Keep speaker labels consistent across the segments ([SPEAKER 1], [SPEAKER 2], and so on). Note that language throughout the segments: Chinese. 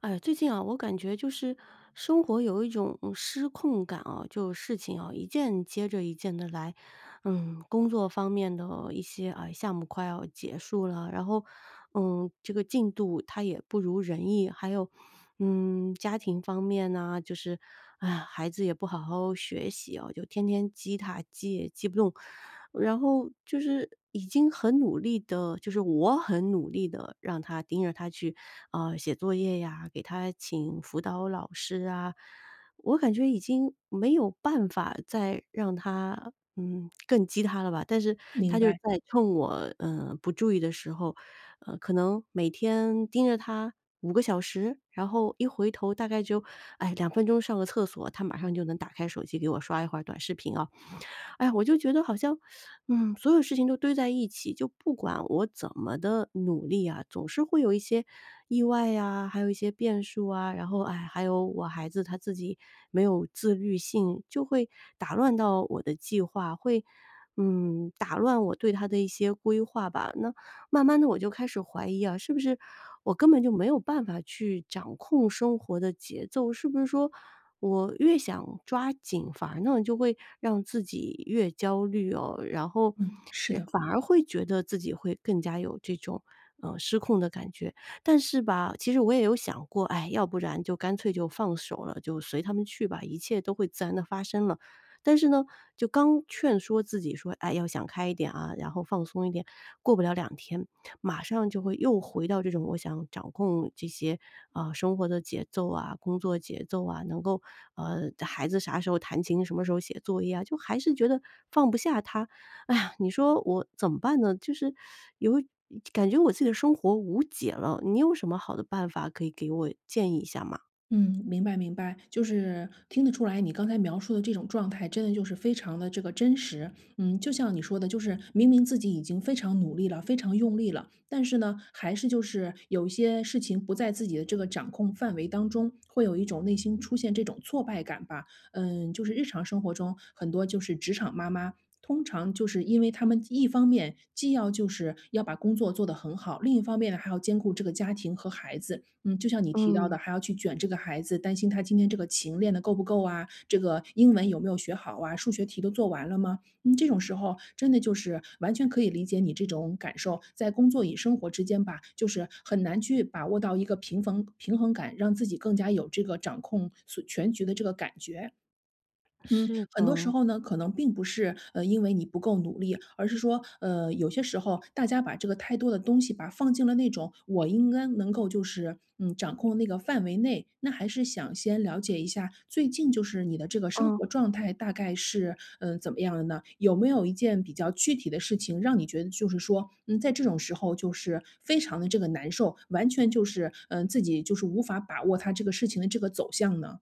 [SPEAKER 1] 哎，最近啊，我感觉就是生活有一种失控感啊，就事情啊一件接着一件的来。工作方面的一些啊项目快要结束了，然后这个进度它也不如人意，还有。家庭方面呢，就是，哎孩子也不好好学习哦，就天天激他，激也激不动。然后就是已经很努力的，就是我很努力的让他盯着他去啊、写作业呀，给他请辅导老师啊，我感觉已经没有办法再让他，更激他了吧。但是他
[SPEAKER 2] 明
[SPEAKER 1] 就在
[SPEAKER 2] 白。
[SPEAKER 1] 趁我，不注意的时候，可能每天盯着他5个小时，然后一回头大概就，哎2分钟上个厕所，他马上就能打开手机给我刷一会儿短视频啊。哎呀，我就觉得好像，所有事情都堆在一起，就不管我怎么的努力啊，总是会有一些意外呀、还有一些变数啊，然后哎，还有我孩子他自己没有自律性，就会打乱到我的计划，会打乱我对他的一些规划吧。那慢慢的，我就开始怀疑啊，是不是我根本就没有办法去掌控生活的节奏？是不是说我越想抓紧，反而呢就会让自己越焦虑哦，然后
[SPEAKER 2] 嗯，是的。
[SPEAKER 1] 反而会觉得自己会更加有这种，失控的感觉。但是吧，其实我也有想过，哎，要不然就干脆就放手了，就随他们去吧，一切都会自然的发生了。但是呢，就刚劝说自己说：“哎，要想开一点啊，然后放松一点。”过不了2天，马上就会又回到这种我想掌控这些，啊生活的节奏啊、工作节奏啊，能够孩子啥时候弹琴，什么时候写作业啊，就还是觉得放不下他。哎呀，你说我怎么办呢？就是有一感觉我自己的生活无解了，你有什么好的办法可以给我建议一下吗？
[SPEAKER 2] 嗯，明白明白，就是听得出来，你刚才描述的这种状态，真的就是非常的这个真实。就像你说的，就是明明自己已经非常努力了，非常用力了，但是呢，还是就是有一些事情不在自己的这个掌控范围当中，会有一种内心出现这种挫败感吧。就是日常生活中很多就是职场妈妈，通常就是因为他们一方面既要就是要把工作做得很好，另一方面呢还要兼顾这个家庭和孩子。嗯，就像你提到的，
[SPEAKER 1] 嗯，
[SPEAKER 2] 还要去卷这个孩子，担心他今天这个琴练得够不够啊，这个英文有没有学好啊，数学题都做完了吗？嗯，这种时候真的就是完全可以理解你这种感受，在工作与生活之间吧，就是很难去把握到一个平衡感，让自己更加有这个掌控所全局的这个感觉。嗯，
[SPEAKER 1] 是
[SPEAKER 2] 很多时
[SPEAKER 1] 的，
[SPEAKER 2] 候呢，可能并不是因为你不够努力，而是说有些时候大家把这个太多的东西把它放进了那种我应该能够就是掌控的那个范围内，那还是想先了解一下最近就是你的这个生
[SPEAKER 1] 嗯。
[SPEAKER 2] 活状态大概是怎么样的呢？有没有一件比较具体的事情让你觉得就是说在这种时候就是非常的这个难受，完全就是自己就是无法把握它这个事情的这个走向呢？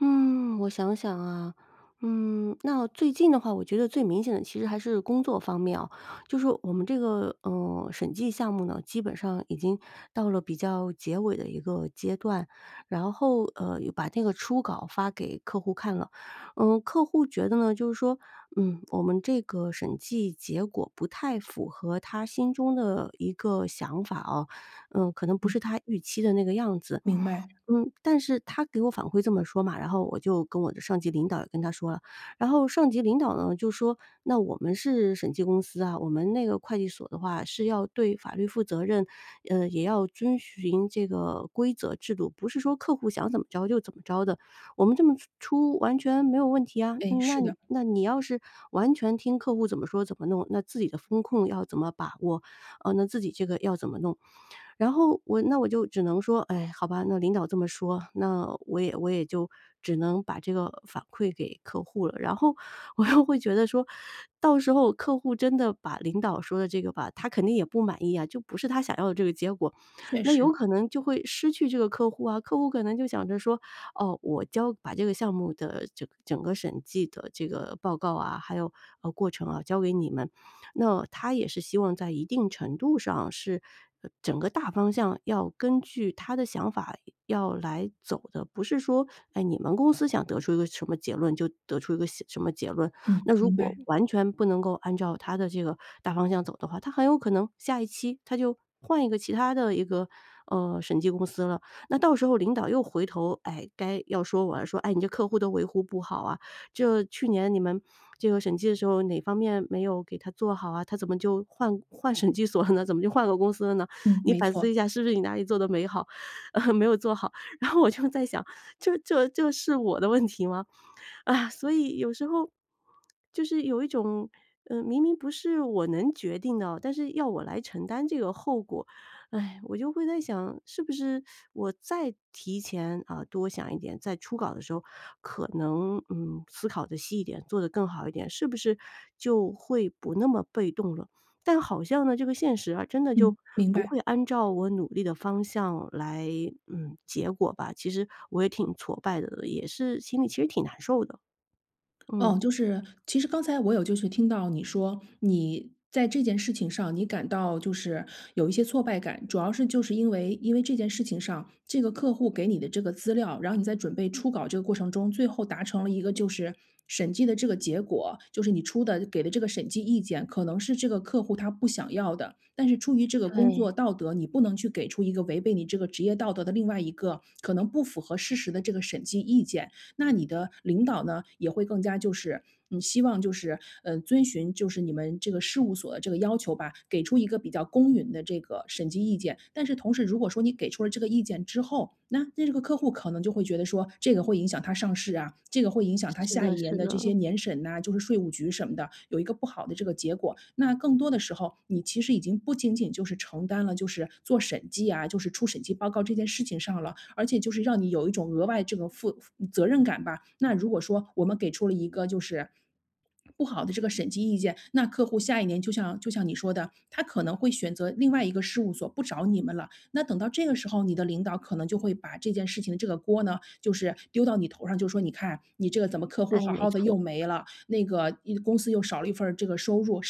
[SPEAKER 1] 嗯，我想想啊，那最近的话，我觉得最明显的其实还是工作方面啊，就是我们这个审计项目呢，基本上已经到了比较结尾的一个阶段，然后也把那个初稿发给客户看了，客户觉得呢，就是说，我们这个审计结果不太符合他心中的一个想法哦，可能不
[SPEAKER 2] 嗯，
[SPEAKER 1] 是他预期的那个样子。
[SPEAKER 2] 明白。
[SPEAKER 1] 但是他给我反馈这么说嘛，然后我就跟我的上级领导也跟他说了，然后上级领导呢就说：“那我们是审计公司啊，我们那个会计所的话是要对法律负责任，也要遵循这个规则制度，不是说客户想怎么着就怎么着的，我们这么出完全没有问题啊。
[SPEAKER 2] 哎，
[SPEAKER 1] 嗯那
[SPEAKER 2] 是的。
[SPEAKER 1] 那你要是完全听客户怎么说怎么弄，那自己的风控要怎么把握，那自己这个要怎么弄？”然后我就只能说，哎，好吧，那领导这么说，那我也就只能把这个反馈给客户了。然后我又会觉得说，到时候客户真的把领导说的这个吧，他肯定也不满意啊，就不是他想要的这个结果，
[SPEAKER 2] 确
[SPEAKER 1] 那有
[SPEAKER 2] 实。
[SPEAKER 1] 可能就会失去这个客户啊。客户可能就想着说，哦，我交把这个项目的整个审计的这个报告啊，还有过程啊，交给你们，那他也是希望在一定程度上是，整个大方向要根据他的想法要来走的，不是说，哎，你们公司想得出一个什么结论就得出一个什么结论。
[SPEAKER 2] 嗯，
[SPEAKER 1] 那如
[SPEAKER 2] 明白。
[SPEAKER 1] 果完全不能够按照他的这个大方向走的话，他很有可能下一期他就换一个其他的一个，审计公司了。那到时候领导又回头，哎，该要说我了，说：“哎，你这客户都维护不好啊，就去年你们这个审计的时候，哪方面没有给他做好啊？他怎么就换审计所了呢？怎么就换个公司了呢？
[SPEAKER 2] 嗯，
[SPEAKER 1] 你
[SPEAKER 2] 没
[SPEAKER 1] 反
[SPEAKER 2] 错。
[SPEAKER 1] 思一下，是不是你哪里做的没好，没有做好？”然后我就在想，这是我的问题吗？啊，所以有时候就是有一种，明明不是我能决定的，但是要我来承担这个后果，哎，我就会在想，是不是我再提前啊、多想一点，在初稿的时候可能思考的细一点，做得更好一点，是不是就会不那么被动了？但好像呢，这个现实啊，真的就
[SPEAKER 2] 嗯，明
[SPEAKER 1] 不会
[SPEAKER 2] 白。
[SPEAKER 1] 按照我努力的方向来，结果吧。其实我也挺挫败的，也是心里其实挺难受的。嗯，
[SPEAKER 2] 哦，就是其实刚才我有就是听到你说，你在这件事情上你感到就是有一些挫败感，主要是就是因为这件事情上，这个客户给你的这个资料，然后你在准备初稿这个过程中，最后达成了一个就是审计的这个结果，就是你出的给的这个审计意见，可能是这个客户他不想要的，但是出于这个工
[SPEAKER 1] 对，
[SPEAKER 2] 作道德，你不能去给出一个违背你这个职业道德的另外一个可能不符合事实的这个审计意见，那你的领导呢，也会更加就是，希望就是，遵循就是你们这个事务所的这个要求吧，给出一个比较公允的这个审计意见。但是同时，如果说你给出了这个意见之后，那这个客户可能就会觉得说，这个会影响他上市啊，这个会影响他
[SPEAKER 1] 是
[SPEAKER 2] 下
[SPEAKER 1] 的
[SPEAKER 2] 一年
[SPEAKER 1] 是
[SPEAKER 2] 的这些
[SPEAKER 1] 的，
[SPEAKER 2] 年审呐、就是税务局什么的，有一个不好的这个结果。那更多的时候，你其实已经不仅仅就是承担了就是做审计啊，就是出审计报告这件事情上了，而且就是让你有一种额外这个负责任感吧。那如果说我们给出了一个就是不好的这个审计意见，那客户下一年就像你说的，他可能会选择另外一个事务所，不找你们了。那等到这个时候，你的领导可能就会把这件事情的这个锅呢，就是丢到你头上，就说你看你这个怎么客户
[SPEAKER 1] 那也
[SPEAKER 2] 好
[SPEAKER 1] 没
[SPEAKER 2] 好的又
[SPEAKER 1] 错，
[SPEAKER 2] 没了，那个一公司又少了一份儿这个收入，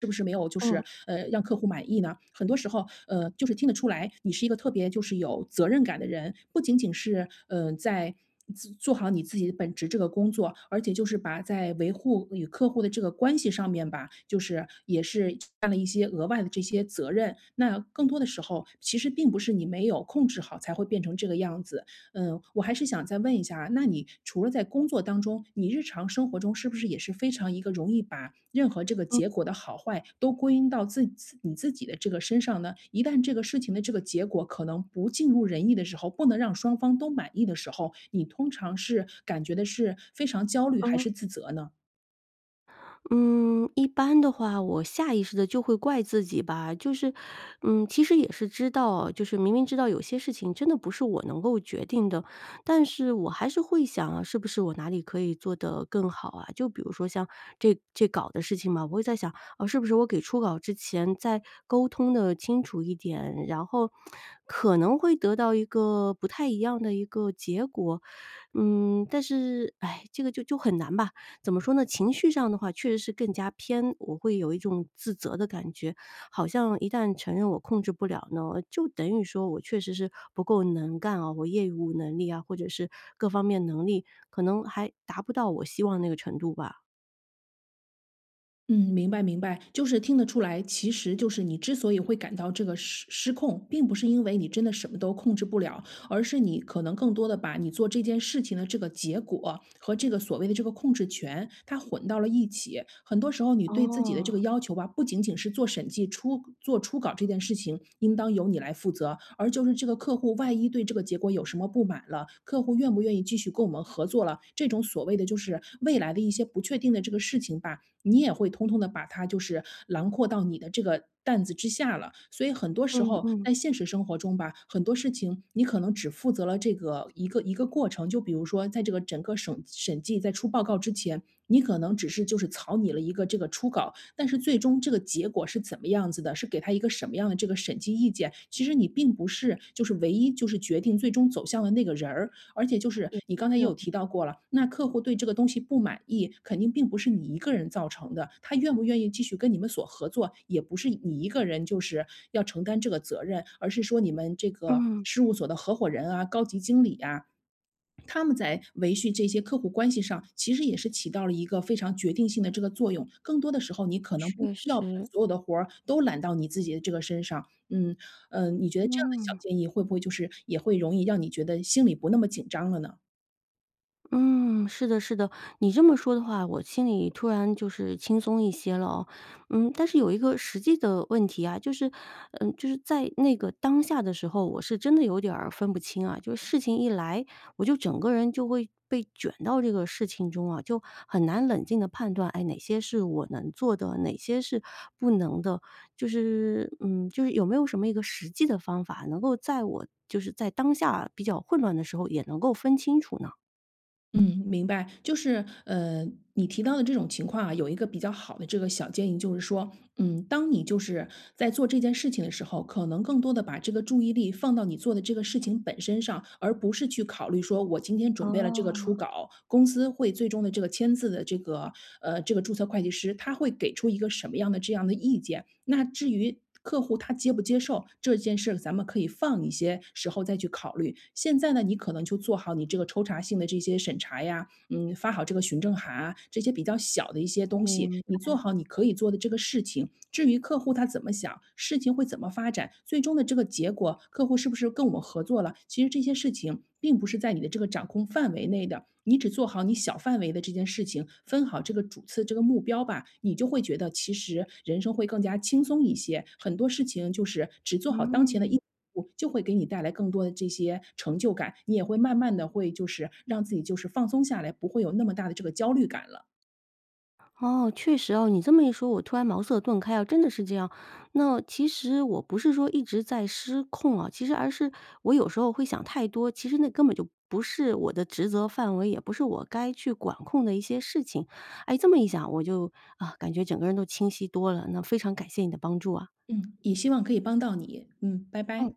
[SPEAKER 2] 是不是没有就
[SPEAKER 1] 嗯，
[SPEAKER 2] 是让客户满意呢？很多时候，就是听得出来你是一个特别就是有责任感的人，不仅仅是在做好你自己的本职这个工作，而且就是把在维护与客户的这个关系上面吧，就是也是干了一些额外的这些责任。那更多的时候，其实并不是你没有控制好才会变成这个样子。我还是想再问一下啊，那你除了在工作当中，你日常生活中是不是也是非常一个容易把任何这个结
[SPEAKER 1] 嗯
[SPEAKER 2] 果的好坏都归因到你自己的这个身上呢？一旦这个事情的这个结果可能不尽如人意的时候，不能让双方都满意的时候，你通常是感觉的是非常焦虑还
[SPEAKER 1] 嗯。
[SPEAKER 2] 是自责呢？
[SPEAKER 1] 嗯，一般的话，我下意识的就会怪自己吧，就是，其实也是知道，就是明明知道有些事情真的不是我能够决定的，但是我还是会想啊，是不是我哪里可以做得更好啊？就比如说像这稿的事情嘛，我会在想，哦，是不是我给初稿之前再沟通的清楚一点，然后可能会得到一个不太一样的一个结果。但是，哎，这个就很难吧。怎么说呢？情绪上的话，确实是更加偏，我会有一种自责的感觉，好像一旦承认我控制不了呢，就等于说我确实是不够能干啊，我业务能力啊，或者是各方面能力，可能还达不到我希望那个程度吧。
[SPEAKER 2] 嗯，明白明白，就是听得出来，其实就是你之所以会感到这个失控，并不是因为你真的什么都控制不了，而是你可能更多的把你做这件事情的这个结果和这个所谓的这个控制权，它混到了一起。很多时候，你对自己的
[SPEAKER 1] 哦，
[SPEAKER 2] 这个要求吧，不仅仅是做审计出做初稿这件事情应当由你来负责，而就是这个客户万一对这个结果有什么不满了，客户愿不愿意继续跟我们合作了，这种所谓的就是未来的一些不确定的这个事情吧，你也会通通的把它就是囊括到你的这个担子之下了。所以很多时
[SPEAKER 1] 嗯
[SPEAKER 2] 候
[SPEAKER 1] 嗯，
[SPEAKER 2] 在现实生活中吧，很多事情你可能只负责了这个一个一个过程，就比如说在这个整个审计在出报告之前，你可能只是就是草拟了一个这个初稿，但是最终这个结果是怎么样子的，是给他一个什么样的这个审计意见，其实你并不是就是唯一就是决定最终走向的那个人儿。而且就是
[SPEAKER 1] 也
[SPEAKER 2] 你刚才
[SPEAKER 1] 是
[SPEAKER 2] 也
[SPEAKER 1] 哦
[SPEAKER 2] 有提到过了，那客户对这个东西不满意，肯定并不是你一个人造成的，他愿不愿意继续跟你们所合作，也不是你一个人就是要承担这个责任，而是说你们这个
[SPEAKER 1] 嗯，
[SPEAKER 2] 事务所的合伙人啊、高级经理啊，他们在维系这些客户关系上，其实也是起到了一个非常决定性的这个作用。更多的时候，你可能不需
[SPEAKER 1] 确
[SPEAKER 2] 要把
[SPEAKER 1] 实，
[SPEAKER 2] 所有的活儿都揽到你自己的这个身上。你觉得这样的小
[SPEAKER 1] 嗯。
[SPEAKER 2] 建议会不会就是也会容易让你觉得心里不那么紧张了呢？
[SPEAKER 1] 嗯，是的，是的，你这么说的话，我心里突然就是轻松一些了哦。但是有一个实际的问题啊，就是，就是在那个当下的时候，我是真的有点儿分不清啊。就是事情一来，我就整个人就会被卷到这个事情中啊，就很难冷静的判断，哎，哪些是我能做的，哪些是不能的。就是，就是有没有什么一个实际的方法，能够在我就是在当下比较混乱的时候，也能够分清楚呢？
[SPEAKER 2] 嗯，明白。就是，你提到的这种情况啊，有一个比较好的这个小建议，就是说，当你就是在做这件事情的时候，可能更多的把这个注意力放到你做的这个事情本身上，而不是去考虑说我今天准备了这个初
[SPEAKER 1] 哦，
[SPEAKER 2] 稿，公司会最终的这个签字的这个，这个注册会计师他会给出一个什么样的这样的意见。那至于客户他接不接受这件事，咱们可以放一些时候再去考虑。现在呢，你可能就做好你这个抽查性的这些审查呀，发好这个询证函啊，这些比较小的一些东西，
[SPEAKER 1] 明
[SPEAKER 2] 你做好你可以做的这个事情。至于客户他怎么想，事情会怎么发展，最终的这个结果，客户是不是跟我们合作了，其实这些事情并不是在你的这个掌控范围内的。你只做好你小范围的这件事情，分好这个主次这个目标吧，你就会觉得其实人生会更加轻松一些。很多事情就是只做好当前的
[SPEAKER 1] 嗯，
[SPEAKER 2] 我就会给你带来更多的这些成就感，你也会慢慢的会就是让自己就是放松下来，不会有那么大的这个焦虑感了。
[SPEAKER 1] 哦，确实哦，你这么一说，我突然茅塞顿开啊，真的是这样。那其实我不是说一直在失控啊，其实而是我有时候会想太多，其实那根本就不是我的职责范围，也不是我该去管控的一些事情。哎，这么一想，我就啊，感觉整个人都清晰多了。那非常感谢你的帮助啊，
[SPEAKER 2] 嗯。也希望可以帮到你。嗯，拜
[SPEAKER 1] 嗯。
[SPEAKER 2] 拜。